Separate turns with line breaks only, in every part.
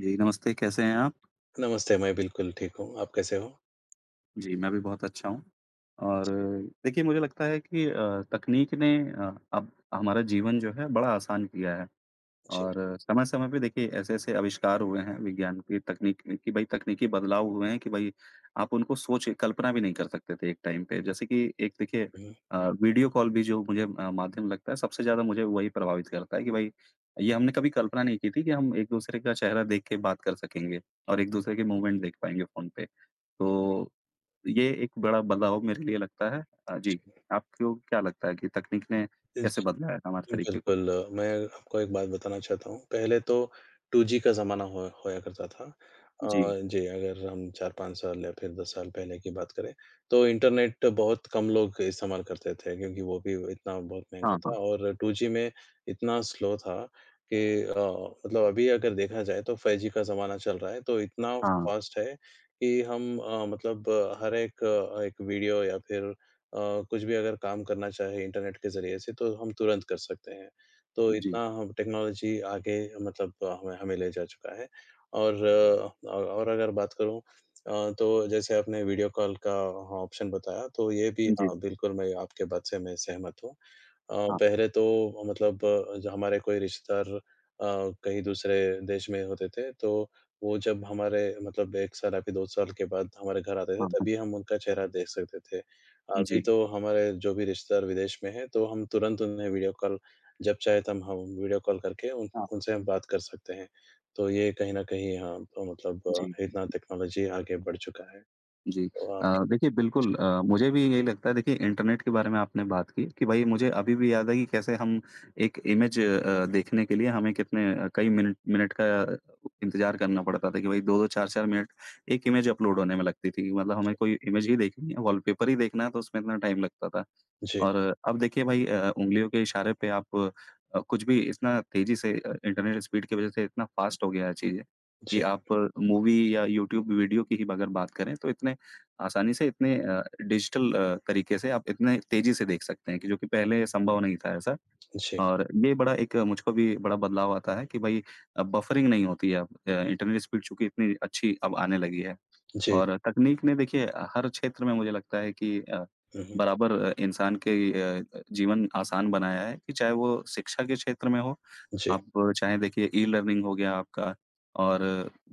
जी, नमस्ते, कैसे हैं आप?
नमस्ते, मैं बिल्कुल ठीक हूँ, आप कैसे हो?
जी, मैं भी बहुत अच्छा हूँ। और देखिए मुझे लगता है कि तकनीक ने अब हमारा जीवन जो है बड़ा आसान किया है।
जी,
और समय-समय पे देखिए ऐसे-ऐसे आविष्कार हुए हैं विज्ञान की तकनीक में कि भाई तकनीकी बदलाव हुए हैं कि भाई आप उनको सोच कल्पना भी नहीं कर सकते थे एक टाइम पे। जैसे कि एक देखिए
हुँ,
वीडियो कॉल भी जो मुझे माध्यम लगता है सबसे ज़्यादा मुझे वही प्रभावित करता है कि भाई ये हमने कभी कल्पना नहीं की थी कि हम एक-दूसरे का चेहरा देख के बात कर सकेंगे और एक-दूसरे के मूवमेंट देख पाएँगे फ़ोन पे। तो ये एक बड़ा बदलाव मेरे लिए लगता है। जी,
जी,
आपको क्या लगता है कि तकनीक ने कैसे
जी।
बदला है हमारे तरीके को?
बिल्कुल, मैं आपको एक बात बताना चाहता हूँ। पहले तो 2G का ज़माना हो होया करता था। अ,
जी।
जी, अगर हम 4-5 साल या फिर 10 साल पहले की बात करें, तो इंटरनेट बहुत कम लोग इस्तेमाल करते थे क्योंकि वो भी इतना बहुत महँगा
हाँ, हाँ।
था और 2G में इतना स्लो था कि मतलब अभी अगर देखा जाए तो 5G का ज़माना चल रहा है, तो इतना
हाँ।
फ़ास्ट है कि हम मतलब हर एक एक वीडियो या फिर अ, कुछ भी अगर काम करना चाहे इंटरनेट के ज़रिए से तो हम तुरंत कर सकते हैं। तो
जी,
इतना हम टेक्नोलॉज़ी आगे मतलब हमें हमें ले जा चुका है और और अगर बात करूँ अ, तो जैसे आपने वीडियो कॉल का, हाँ, ऑप्शन बताया तो ये भी,
जी,
हाँ, बिल्कुल मैं आपके बात से मैं सहमत हूँ। अ,
हाँ,
पहले तो मतलब जो हमारे कोई रिश्तेदार कहीं दूसरे देश में होते थे, तो वो जब हमारे मतलब 1 साल या फिर 2 साल के बाद हमारे घर आते थे,
हाँ,
तभी
हाँ।
हम उनका चेहरा देख सकते थे। अभी
जी,
तो हमारे जो भी रिश्तेदार विदेश में हैं, तो हम तुरंत उन्हें वीडियो कॉल जब चाहे तब हम वीडियो कॉल करके उन
हाँ,
उनसे हम बात कर सकते हैं। तो ये कहीं न कहीं, हाँ, तो मतलब
जी।
इतना टेक्नोलॉजी आगे बढ़ चुका है।
जी।
तो आप,
देखिए बिल्कुल मुझे भी यही लगता है देखिए इंटरनेट के बारे में आपने बात की कि भई मुझे अभी भी याद है कि कैसे हम एक इमेज देखने के लिए हमें कितने कई मिनट मिनट का इंतज़ार करना पड़ता था कि भई 2-2 4-4 मिनट एक इमेज अपलोड होने में लगती थी। मतलब हमें
जी,
कोई इमेज ही देखनी है, वॉलपेपर ही देखना है तो उसमें इतना टाइम लगता था।
जी,
और अब देखिए भई उंगलियों के इशारे पे आप कुछ भी इतना तेज़ी से इंटरनेट स्पीड की वज़ह से इतना फ़ास्ट हो गया है चीज़ें, कि
जी,
आप मूवी या यूट्यूब वीडियो की ही अगर बात करें तो इतने आसानी से इतने डिजिटल तरीके से आप इतने तेज़ी से देख सकते हैं कि जो कि पहले संभव नहीं था ऐसा।
जी,
और ये बड़ा एक मुझको भी बड़ा बदलाव आता है कि भई बफरिंग नहीं होती है अब। इंटरनेट स्पीड चूँकि इतनी अच्छी अब आने लगी है।
जी।
और तकनीक ने देखिए हर क्षेत्र में मुझे लगता है कि
हुँ, हुँ।
बराबर इंसान के अ, जीवन आसान बनाया है कि चाहे वो शिक्षा के क्षेत्र में हो,
जी,
आप चाहे देखिए ई लर्निंग हो गया आपका और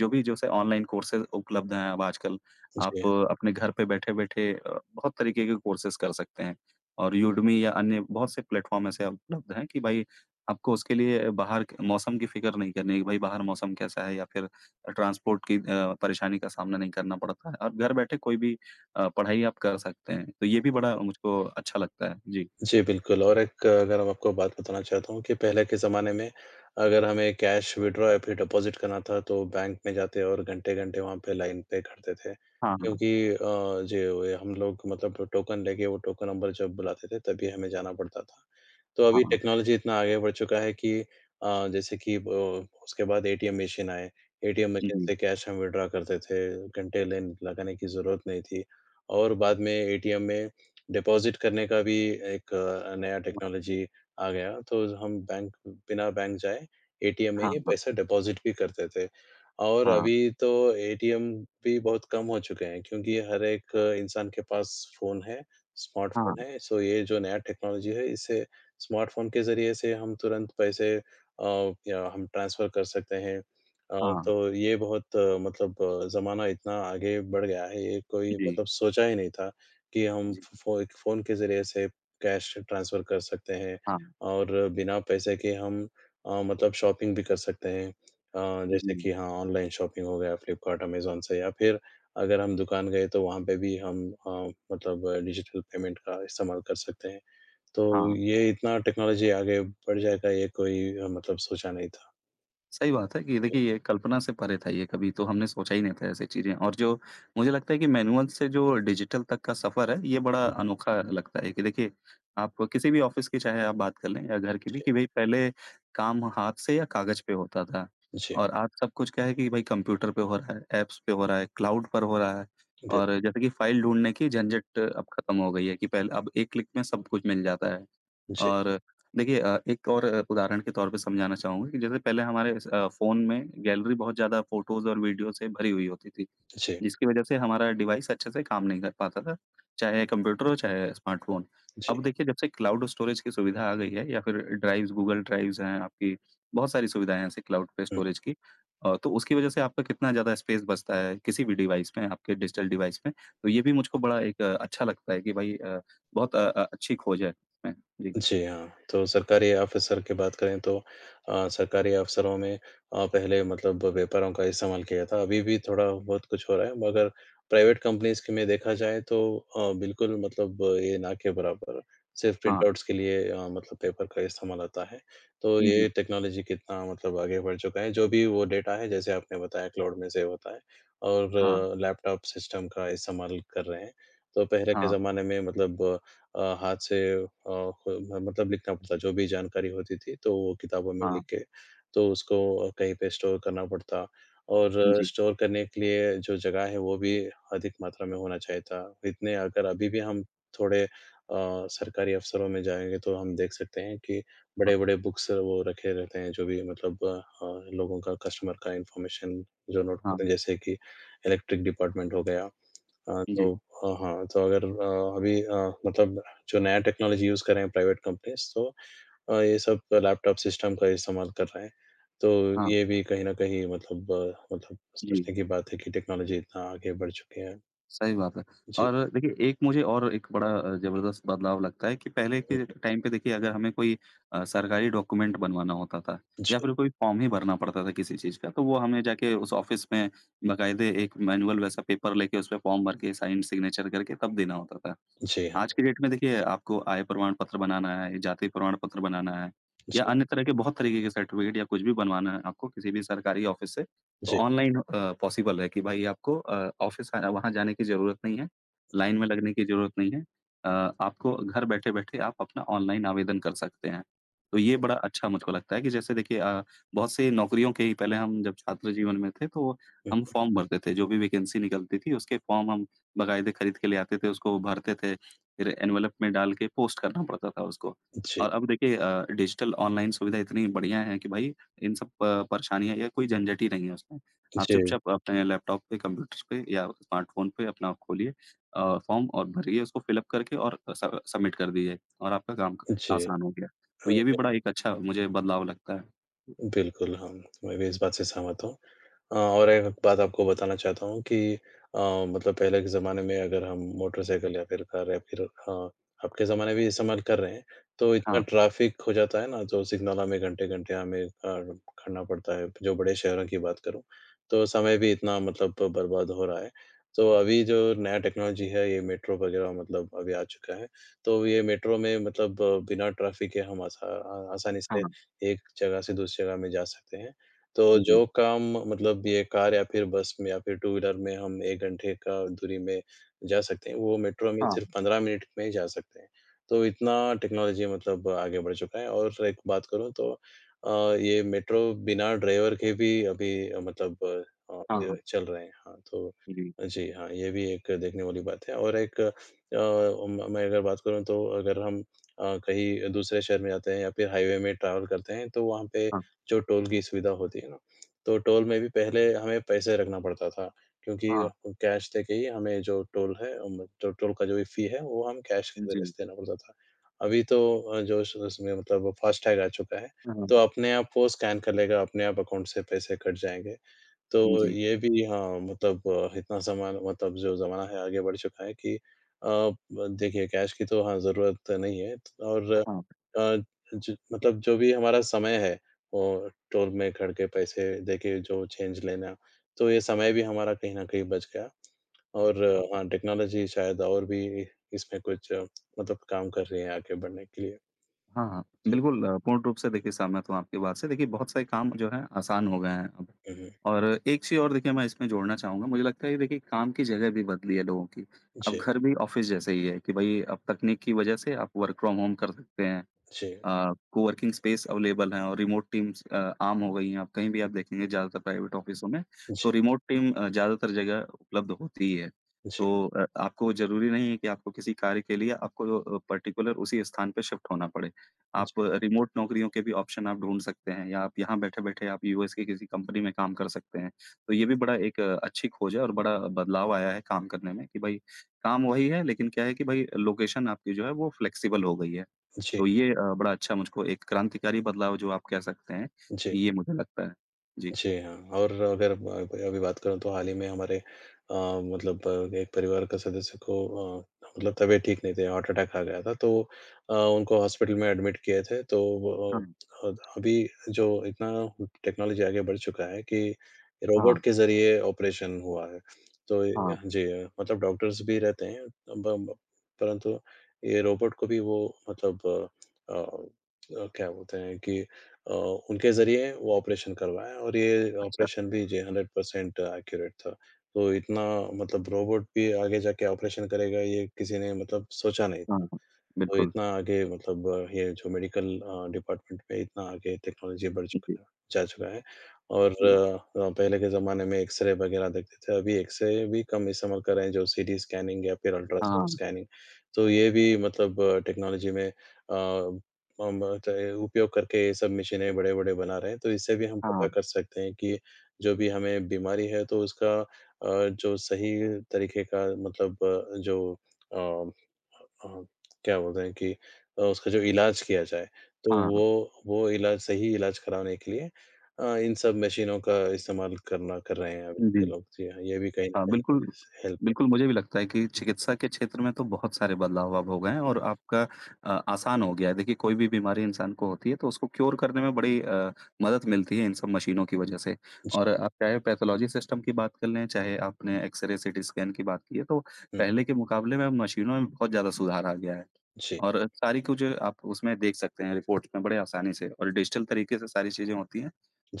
जो भी जैसे ऑनलाइन कोर्सेज़ उपलब्ध हैं अब आजकल,
जी।
आप अपने घर पे बैठे-बैठे बहुत तरीके के कोर्सेज़ कर सकते हैं और यूडमी या अन्य बहुत से प्लेटफ़ॉर्म ऐसे उपलब्ध हैं कि भाई आपको उसके लिए बाहर क मौसम की फ़िक्र नहीं करनी है कि भाई बाहर मौसम कैसा है या फिर ट्रांसपोर्ट की परेशानी का सामना नहीं करना पड़ता है और घर बैठे कोई भी पढ़ाई आप कर सकते हैं, तो ये भी बड़ा मुझको अच्छा लगता है। जी।
जी, बिल्कुल। और एक अगर हम आपको बात बताना चाहता हूँ कि पहले के ज़माने में अगर हमें कैश विथड्रॉ या फिर डिपॉज़िट करना था तो बैंक में जाते और घंटे-घंटे वहाँ पे लाइन पे खड़ते थे।
हाँ, हाँ।
क्योंकि जे वे हम लोग मतलब टोकन लेके वो टोकन नंबर जब बुलाते थे तभी हमें जाना पड़ता था। तो अभी
हाँ,
टेक्नोलॉजी इतना आगे बढ़ चुका है कि जैसे कि ब उसके बाद एटीएम मशीन आए। एटीएम मशीन
जी।
से कैश हम विथड्रॉ करते थे, घंटे लाइन लगाने की ज़रूरत नहीं थी और बाद में एटीएम में डिपॉज़िट करने का भी एक नया टेक्नोलॉजी आ गया। तो हम बैंक बिना बैंक जाए एटीएम में
हाँ,
ही
हाँ,
पैसे डिपॉज़िट भी करते थे और
हाँ,
अभी तो एटीएम भी बहुत कम हो चुके हैं क्योंकि हर एक इंसान के पास फ़ोन है,
हाँ,
स्मार्टफ़ोन है। सो ये जो नया टेक्नोलॉजी है इससे स्मार्टफ़ोन के ज़रिए से हम तुरंत पैसे अ, या हम ट्रांसफ़र कर सकते हैं।
हाँ।
तो ये बहुत मतलब ज़माना इतना आगे बढ़ गया है, ये कोई
जी,
मतलब सोचा ही नहीं था कि हम
जी।
फ़ फ़ो एक फ़ोन के ज़रिए से कैश ट्रांसफ़र कर सकते हैं
हाँ,
और बिना पैसे के हम मतलब शॉपिंग भी कर सकते हैं। जैसे
जी,
कि, हाँ, ऑनलाइन शॉपिंग हो गया फ्लिपकार्ट, अमेज़न से या फिर अगर हम दुकान गए तो वहाँ पे भी हम मतलब डिजिटल पेमेंट का इस्तेमाल कर सकते हैं। तो
हाँ।
ये इतना टेक्नोलॉज़ी आगे बढ़ जाएगा ये कोई मतलब सोचा नहीं था।
सही बात है कि देखिए ये कल्पना से परे था ये कभी तो हमने सोचा ही नहीं था ऐसी चीज़ें और जो मुझे लगता है कि मैनुअल से जो डिजिटल तक का सफ़र है ये बड़ा
जी,
अनोखा लगता है कि देखिए आप किसी भी ऑफ़िस की चाहे आप बात कर लें या घर की भी कि भई पहले काम हाथ से या कागज़ पे होता था
जी,
और आज सब कुछ क्या है कि भाई कंप्यूटर पे हो रहा है, ऐप्स पे हो रहा है, क्लाउड पर हो रहा है
बिल
और जैसे कि फाइल ढूँढने की झंझट अब खत्म हो गई है कि पहले अब एक क्लिक में सब कुछ मिल जाता है।
जी,
और देखिए एक और उदाहरण के तौर पे समझाना चाहूँगा कि जैसे पहले हमारे फ़ोन में गैलरी बहुत ज़्यादा फ़ोटोज़ और वीडियो से भरी हुई होती थी,
जी,
जिसकी वजह से हमारा डिवाइस अच्छे से काम नहीं कर पाता था, चाहे कंप्यूटर हो, चाहे स्मार्टफ़ोन।
जी,
अब
हुँ।
देखिए जब से क्लाउड स्टोरेज की सुविधा आ गई है या फिर ड्राइव्स, गूगल ड्राइव्स हैं आपकी, बहुत सारी सुविधाएँ हैं ऐसे क्लाउड पे स्टोरेज की। तो उसकी वजह से आपका कितना ज़्यादा स्पेस बचता है किसी भी डिवाइस में, आपके डिजिटल डिवाइस में। तो ये भी मुझको बड़ा एक अच्छा लगता है कि भई अच्छी खोज है इसमें। जी।
जी हाँ, तो सरकारी ऑफ़िसर की बात करें तो सरकारी अफ़सरों में पहले मतलब पेपरों का इस्तेमाल किया था, अभी भी थोड़ा बहुत कुछ हो रहा है, मगर प्राइवेट कंपनीज़ के में देखा जाए तो बिल्कुल मतलब ये ना के बराबर, सिर्फ़
हाँ।
प्रिंटआउट्स के लिए मतलब पेपर का इस्तेमाल होता है। तो
जी।
ये टेक्नोलॉजी कितना मतलब आगे बढ़ चुका है, जो भी वो डेटा है, जैसे आपने बताया क्लाउड में सेव होता है और
हाँ,
लैपटॉप सिस्टम का इस्तेमाल कर रहे हैं। तो पहले के
हाँ,
ज़माने में मतलब हाथ से ख मतलब लिखना पड़ता, जो भी जानकारी होती थी, तो वो किताबों में
हाँ।
लिख के, तो उसको कहीं पे स्टोर करना पड़ता और
जी,
स्टोर करने के लिए जो जगह है, वो भी अधिक मात्रा में होना चाहिए था। इतने अगर अभी भी हम थोड़े सरकारी अफ़सरों में जाएँगे, तो हम देख सकते हैं कि
हाँ,
बड़े-बड़े बुक्स वो रखे रहते हैं, जो भी मतलब लोगों का, कस्टमर का इन्फॉर्मेशन जो नोट करते हैं,
हाँ।
जैसे कि इलेक्ट्रिक डिपार्टमेंट हो गया। हाँ, तो
जी,
हाँ, हाँ, तो अगर अभी मतलब जो नया टेक्नोलॉजी यूज़ कर रहे हैं प्राइवेट कंपनीज़ तो ये सब लैपटॉप सिस्टम का इस्तेमाल कर रहे हैं। तो
हाँ,
ये भी कहीं न कहीं मतलब मतलब
जी,
सोचने की बात है कि टेक्नोलॉजी इतना आगे बढ़ चुकी है।
सही बात है।
जी,
और देखिए एक मुझे और एक बड़ा ज़बरदस्त बदलाव लगता है कि पहले
हुँ,
के टाइम पे देखिए अगर हमें कोई सरकारी डॉक्यूमेंट बनवाना होता था
जी,
या फिर कोई फॉर्म ही भरना पड़ता था किसी चीज़ का, तो वो हमें जाके उस ऑफ़िस में बाकायदे एक मैनुअल वैसा पेपर लेके उसपे फॉर्म भर के साइन, सिग्नेचर करके तब देना होता था।
जी, हाँ,
आज के डेट में देखिए आपको आय प्रमाण पत्र बनाना है, जाति प्रमाण पत्र बनाना है
जी,
या अन्य तरह के बहुत तरीके के सर्टिफ़िकेट या कुछ भी बनवाना है आपको किसी भी सरकारी ऑफ़िस से, तो
जी,
ऑनलाइन पॉसिबल है कि भाई आपको ऑफ़िस वहाँ जाने की ज़रूरत नहीं है, लाइन में लगने की ज़रूरत नहीं है। अ, आपको घर बैठे-बैठे आप अपना ऑनलाइन आवेदन कर सकते हैं। तो ये बड़ा अच्छा मुझको लगता है कि जैसे देखिए बहुत से नौकरियों के ही पहले हम जब छात्र जीवन में थे तो
हुँ,
हम फ़ॉर्म भरते थे, जो भी वैकेंसी निकलती थी उसके फ़ॉर्म हम बाकायदे खरीद के ले आते थे, उसको भरते थे। फिर एनवेलप में डाल के पोस्ट करना पड़ता था उसको।
जी,
और अब देखिए डिजिटल ऑनलाइन सुविधा इतनी बढ़िया है कि भाई इन सब प परेशानियाँ या कोई झंझट ही नहीं है उसमें। आप
जी,
चुपचाप अपने लैपटॉप पे, कंप्यूटर पे या स्मार्टफ़ोन पे अपना खोलिए फॉर्म और भरिए उसको फिलअप करके और स सबमिट कर दीजिए और आपका काम क
जी,
आसान हो गया।
अ
तो ये भी बड़ा एक अच्छा मुझे बदलाव लगता है।
बिल्कुल, हाँ, मैं भी इस बात से सहमत हूँ। और एक बात आपको बताना चाहता हूँ कि अ, मतलब पहले के ज़माने में अगर हम मोटरसाइकिल या फिर कार या फिर अब के ज़माने में इस्तेमाल कर रहे हैं, तो इतना
हाँ,
ट्रैफ़िक हो जाता है ना, तो सिग्नल हमें घंटे-घंटे हमें खड़ना पड़ता है, जो बड़े शहरों की बात करूँ, तो समय भी इतना मतलब बर्बाद हो रहा है। तो अभी जो नया टेक्नोलॉजी है, ये मेट्रो वगैरह मतलब अभी आ चुका है, तो ये मेट्रो में मतलब बिना ट्रैफ़िक के हम आसानी से
हाँ,
एक जगह से दूसरी जगह में जा सकते हैं। तो
जी।
जो काम मतलब ये कार या फिर बस में या फिर टू व्हीलर में हम 1 घंटे का दूरी में जा सकते हैं, वो मेट्रो में सिर्फ़
हाँ,
15 मिनट में ही जा सकते हैं। तो इतना टेक्नोलॉजी मतलब आगे बढ़ चुका है और एक बात करूँ तो अ, ये मेट्रो बिना ड्राइवर के भी अभी मतलब
हाँ,
ये
हाँ।
चल रहे हैं। हाँ, तो
जी,
जी हाँ, ये भी एक देखने वाली बात है और एक म मैं अगर बात करूँ तो अगर हम कहीं दूसरे शहर में जाते हैं या फिर हाईवे में ट्रैवल करते हैं, तो वहाँ पे
हाँ,
जो टोल की सुविधा होती है ना, तो टोल में भी पहले हमें पैसे रखना पड़ता था क्योंकि
हाँ।
कैश देके ही हमें जो टोल है जो टोल का जो भी फ़ी है, वो हम कैश के ज़रिए
जी,
से देना पड़ता था। अभी तो जो उस उसमें मतलब फ़ास्टैग आ चुका है,
हाँ,
तो अपने आप वो स्कैन कर लेगा, अपने आप अकाउंट से पैसे कट जाएँगे। तो
जी,
ये भी, हाँ, मतलब इतना ज़माना मतलब जो ज़माना है आगे बढ़ चुका है कि ब देखिए कैश की तो, हाँ, ज़रूरत नहीं है तो और
हाँ,
अ, ज मतलब जो भी हमारा समय है वो टोल में खड़ के पैसे देके जो चेंज लेना, तो ये समय भी हमारा कहीं न कहीं बच गया और
हाँ।
हाँ, टेक्नोलॉज़ी शायद और भी इसमें कुछ मतलब काम कर रही है आगे बढ़ने के लिए।
हाँ, हाँ।
जी।
बिल्कुल पूर्ण रूप से देखिए सहमत हूँ आपकी बात से। देखिए बहुत सारे काम जो हैं आसान हो गए हैं अब
हुँ, हुँ।
और एक चीज़ और देखिए मैं इसमें जोड़ना चाहूँगा, मुझे लगता है ये देखिए काम की जगह भी बदली है लोगों की। अब
जी,
घर भी ऑफ़िस जैसे ही है कि भई अब तकनीक की वजह से आप वर्क फ्रॉम होम कर सकते हैं।
जी,
कोवर्किंग स्पेस अवेलेबल हैं और रिमोट टीम्स आम हो गई हैं। आप कहीं भी आप देखेंगे ज़्यादातर प्राइवेट ऑफ़िसों में, तो
जी,
रिमोट टीम ज़्यादातर जगह उपलब्ध होती ही है।
जी,
तो आपको ज़रूरी नहीं है कि आपको किसी कार्य के लिए आपको पर्टिकुलर उसी स्थान पे शिफ्ट होना पड़े। आप
जी,
रिमोट नौकरियों के भी ऑप्शन आप ढूँढ सकते हैं या आप यहाँ बैठे-बैठे आप यूएस की किसी कंपनी में काम कर सकते हैं। तो ये भी बड़ा एक अच्छी खोज है और बड़ा बदलाव आया है काम करने में कि भई काम वही है लेकिन क्या है कि भई लोकेशन आपकी जो है वो फ्लेक्सिबल हो गई है।
जी,
तो ये बड़ा अच्छा मुझको एक क्रांतिकारी बदलाव जो आप कह सकते हैं,
जी।
ये मुझे लगता है। जी।
जी हाँ, और अगर ब कोई अभी बात करूँ तो हाल ही में हमारे मतलब एक परिवार का सदस्य को अ, मतलब तबीयत ठीक नहीं थी, हार्ट अटैक आ गया था तो उनको हॉस्पिटल में एडमिट किए थे। तो वो
हाँ,
अभी जो इतना टेक्नोलॉजी आगे बढ़ चुका है कि
हाँ,
रोबोट के ज़रिए ऑपरेशन हुआ है। तो
हाँ।
जी, मतलब डॉक्टर्स भी रहते हैं, ब ब- परंतु ये रोबोट को भी वो मतलब क्या बोलते हैं कि अ, उनके ज़रिए वो ऑपरेशन करवाया और ये
अच्छा,
ऑपरेशन भी जी 100% एक्यूरेट था। तो इतना मतलब रोबोट भी आगे जाके ऑपरेशन करेगा ये किसी ने मतलब सोचा नहीं
हाँ,
था।
हाँ।
तो
बिल्कुल।
इतना आगे मतलब ये जो मेडिकल डिपार्टमेंट में इतना आगे टेक्नोलॉज़ी बढ़
जी,
चुका है जा चुका है और
जी।
पहले के ज़माने में एक्स-रे वग़ैरह देखते थे, अभी एक्स-रे भी कम इस्तेमाल कर रहे हैं, जो सीटी स्कैनिंग या फिर अल्ट्रासाउंड
हाँ,
स्कैनिंग। तो ये भी मतलब टेक्नोलॉज़ी में हम चाहे उपयोग करके ये सब मशीनें बड़े-बड़े बना रहे हैं, तो इससे भी हम पता
हाँ,
कर सकते हैं कि जो भी हमें बीमारी है, तो उसका जो सही तरीके का मतलब जो अ जो, हाँ, क्या बोलते हैं कि उसका जो इलाज किया जाए, तो
हाँ, हाँ।
वो इलाज सही इलाज कराने के लिए इन सब मशीनों का इस्तेमाल करना कर रहे हैं अब के
जी।
लोग। जी हाँ, ये भी कहीं न
हाँ,
कहीं
बिल्कुल,
हेल्प होता
बिल्कुल मुझे भी लगता है कि
है।
चिकित्सा के क्षेत्र में तो बहुत सारे बदलाव अब हो गए हैं
जी,
और आपका आसान हो गया है। देखिए कोई भी बीमारी इंसान को होती है तो उसको क्योर करने में बड़ी मदद मिलती है इन सब मशीनों की वजह से।
जी, जी,
और आप चाहे पैथोलॉजी सिस्टम की बात कर लें, चाहे आपने एक्स-रे, सीटी स्कैन की बात की है तो
हुँ,
पहले के मुकाबले में अब मशीनों में बहुत ज़्यादा सुधार आ गया है।
जी,
और सारी कुछ आप उसमें देख सकते हैं रिपोर्ट में बड़े आसानी से और डिजिटल तरीके से सारी चीज़ें होती हैं,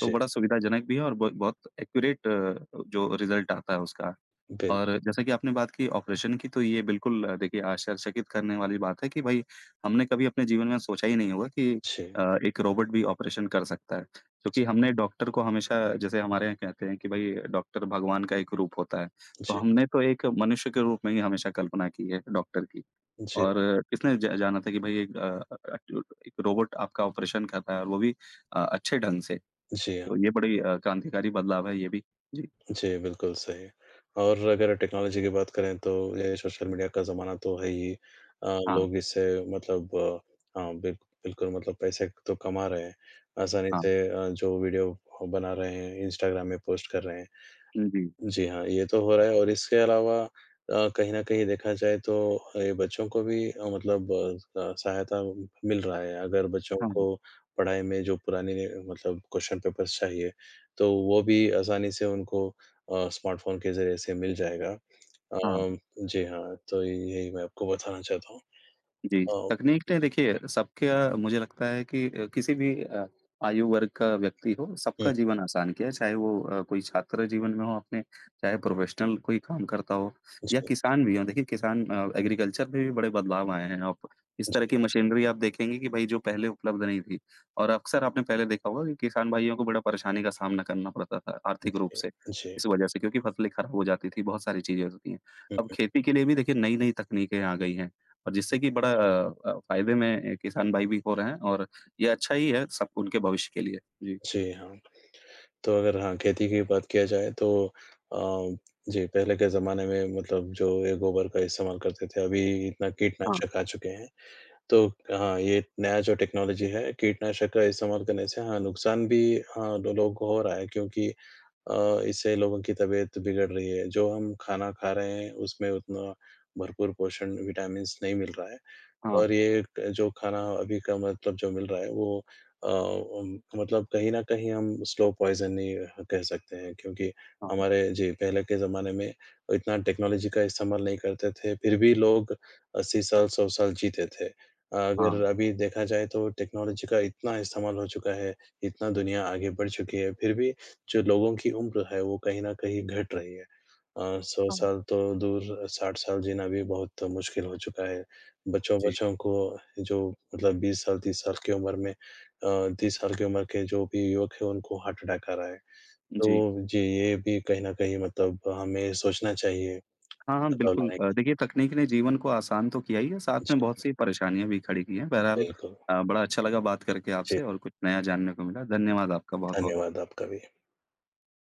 तो बड़ा सुविधाजनक भी है और ब बहुत एक्यूरेट जो रिज़ल्ट आता है उसका।
बिल
और जैसा कि आपने बात की ऑपरेशन की, तो ये बिल्कुल देखिए आश्चर्यचकित करने वाली बात है कि भाई हमने कभी अपने जीवन में सोचा ही नहीं होगा कि
जी,
एक रोबोट भी ऑपरेशन कर सकता है। क्योंकि हमने डॉक्टर को हमेशा जैसे हमारे यहाँ कहते हैं कि भाई डॉक्टर भगवान का एक रूप होता है। तो
जी,
हमने तो एक मनुष्य के रूप में ही हमेशा कल्पना की है डॉक्टर की।
जी,
और किसने ज जाना था कि भाई अ, एक रोबोट आपका ऑपरेशन कर रहा है और वो भी अच्छे ढंग से।
जी।
तो ये बड़ी क्रांतिकारी बदलाव है ये भी। जी।
जी, बिल्कुल सही। और अगर टेक्नोलॉजी की बात करें तो ये सोशल मीडिया का ज़माना तो है ही।
हाँ,
लोग इससे मतलब हाँ, बिल्कुल मतलब पैसे तो कमा रहे हैं। आसानी
हाँ।
से जो वीडियो बना रहे हैं, इंस्टाग्राम में पोस्ट कर रहे हैं।
जी,
जी हाँ, ये तो हो रहा है और इसके अलावा कहीं न कहीं देखा जाए तो ये बच्चों को भी मतलब सहायता मिल रहा है। अगर बच्चों
हाँ,
को पढ़ाई में जो पुराने मतलब क्वेश्चन पेपर्स चाहिए, तो वो भी आसानी से उनको स्मार्टफ़ोन के ज़रिए से मिल जाएगा।
हाँ।
अम, जी हाँ, तो यही मैं आपको बताना चाहता हूँ।
जी,
अ,
तकनीक ने देखिए सबका मुझे लगता है कि किसी भी आयु वर्ग का व्यक्ति हो,
हुँ,
सबका जीवन आसान किया है, चाहे वो कोई छात्र जीवन में हो अपने, चाहे प्रोफ़ेशनल कोई काम करता हो
जी,
या
जी,
किसान भी हो। देखिए किसान एग्रीकल्चर में भी बड़े बदलाव आए हैं। आप इस तरह की मशीनरी आप देखेंगे कि भई जो पहले उपलब्ध नहीं थी और अक्सर आपने पहले देखा होगा कि किसान भाइयों को बड़ा परेशानी का सामना करना पड़ता था आर्थिक रूप
जी,
से,
जी,
इस वजह से क्योंकि फसलें खराब हो जाती थी, बहुत सारी चीज़ें होती हैं। अब
हुँ,
खेती के लिए भी देखिए नई-नई तकनीकें आ गई हैं। और जिससे कि बड़ा फ़ायदे में ए, किसान भाई भी हो रहे हैं और ये अच्छा ही है सब उनके भविष्य के लिए। जी।
जी हाँ। तो अगर, हाँ, खेती की बात किया जाए तो अ, जी, पहले के ज़माने में मतलब जो ये गोबर का इस्तेमाल करते थे, अभी इतना
हाँ,
कीटनाशक आ चुके हैं। तो, हाँ, ये नया जो टेक्नोलॉजी है, कीटनाशक का इस्तेमाल करने से, हाँ, नुकसान भी, हाँ, लो लोगों को हो रहा है क्योंकि इससे लोगों की तबीयत बिगड़ रही है। जो हम खाना खा रहे हैं, उसमें उतना भरपूर पोषण, विटामिन्स नहीं मिल रहा है।
हाँ,
और ये क जो खाना अभी का मतलब जो मिल रहा है वो मतलब कहीं न कहीं हम स्लो पॉइज़न ही कह सकते हैं क्योंकि
हाँ,
हमारे जी, पहले के ज़माने में इतना टेक्नोलॉजी का इस्तेमाल नहीं करते थे, फिर भी लोग 80 साल, 100 साल जीते थे।
हाँ,
अगर अभी देखा जाए तो टेक्नोलॉजी का इतना इस्तेमाल हो चुका है, इतना दुनिया आगे बढ़ चुकी है, फिर भी जो लोगों की उम्र है वो कहीं न कहीं घट रही है। 100
हाँ।
साल तो दूर 60 साल जीना भी बहुत मुश्किल हो चुका है।
जी,
बच्चों-बच्चों को जो मतलब 20 साल, 30 साल की उम्र में 30 साल की उम्र के जो भी युवक हैं उनको हार्ट अटैक आ रहा है। तो
जी।
जी, ये भी कहीं न कहीं मतलब हमें सोचना चाहिए
हाँ, हाँ,
बदलाव
बिल्कुल
लाने की।
देखिए तकनीक ने जीवन को आसान तो किया ही है, साथ में
जी,
बहुत सी परेशानियाँ भी खड़ी की हैं। बहरहाल
बिल्कुल।
बड़ा अच्छा लगा बात करके
जी,
आपसे और कुछ नया जानने को मिला। धन्यवाद आपका बहुत-बहुत।
धन्यवाद आपका भी।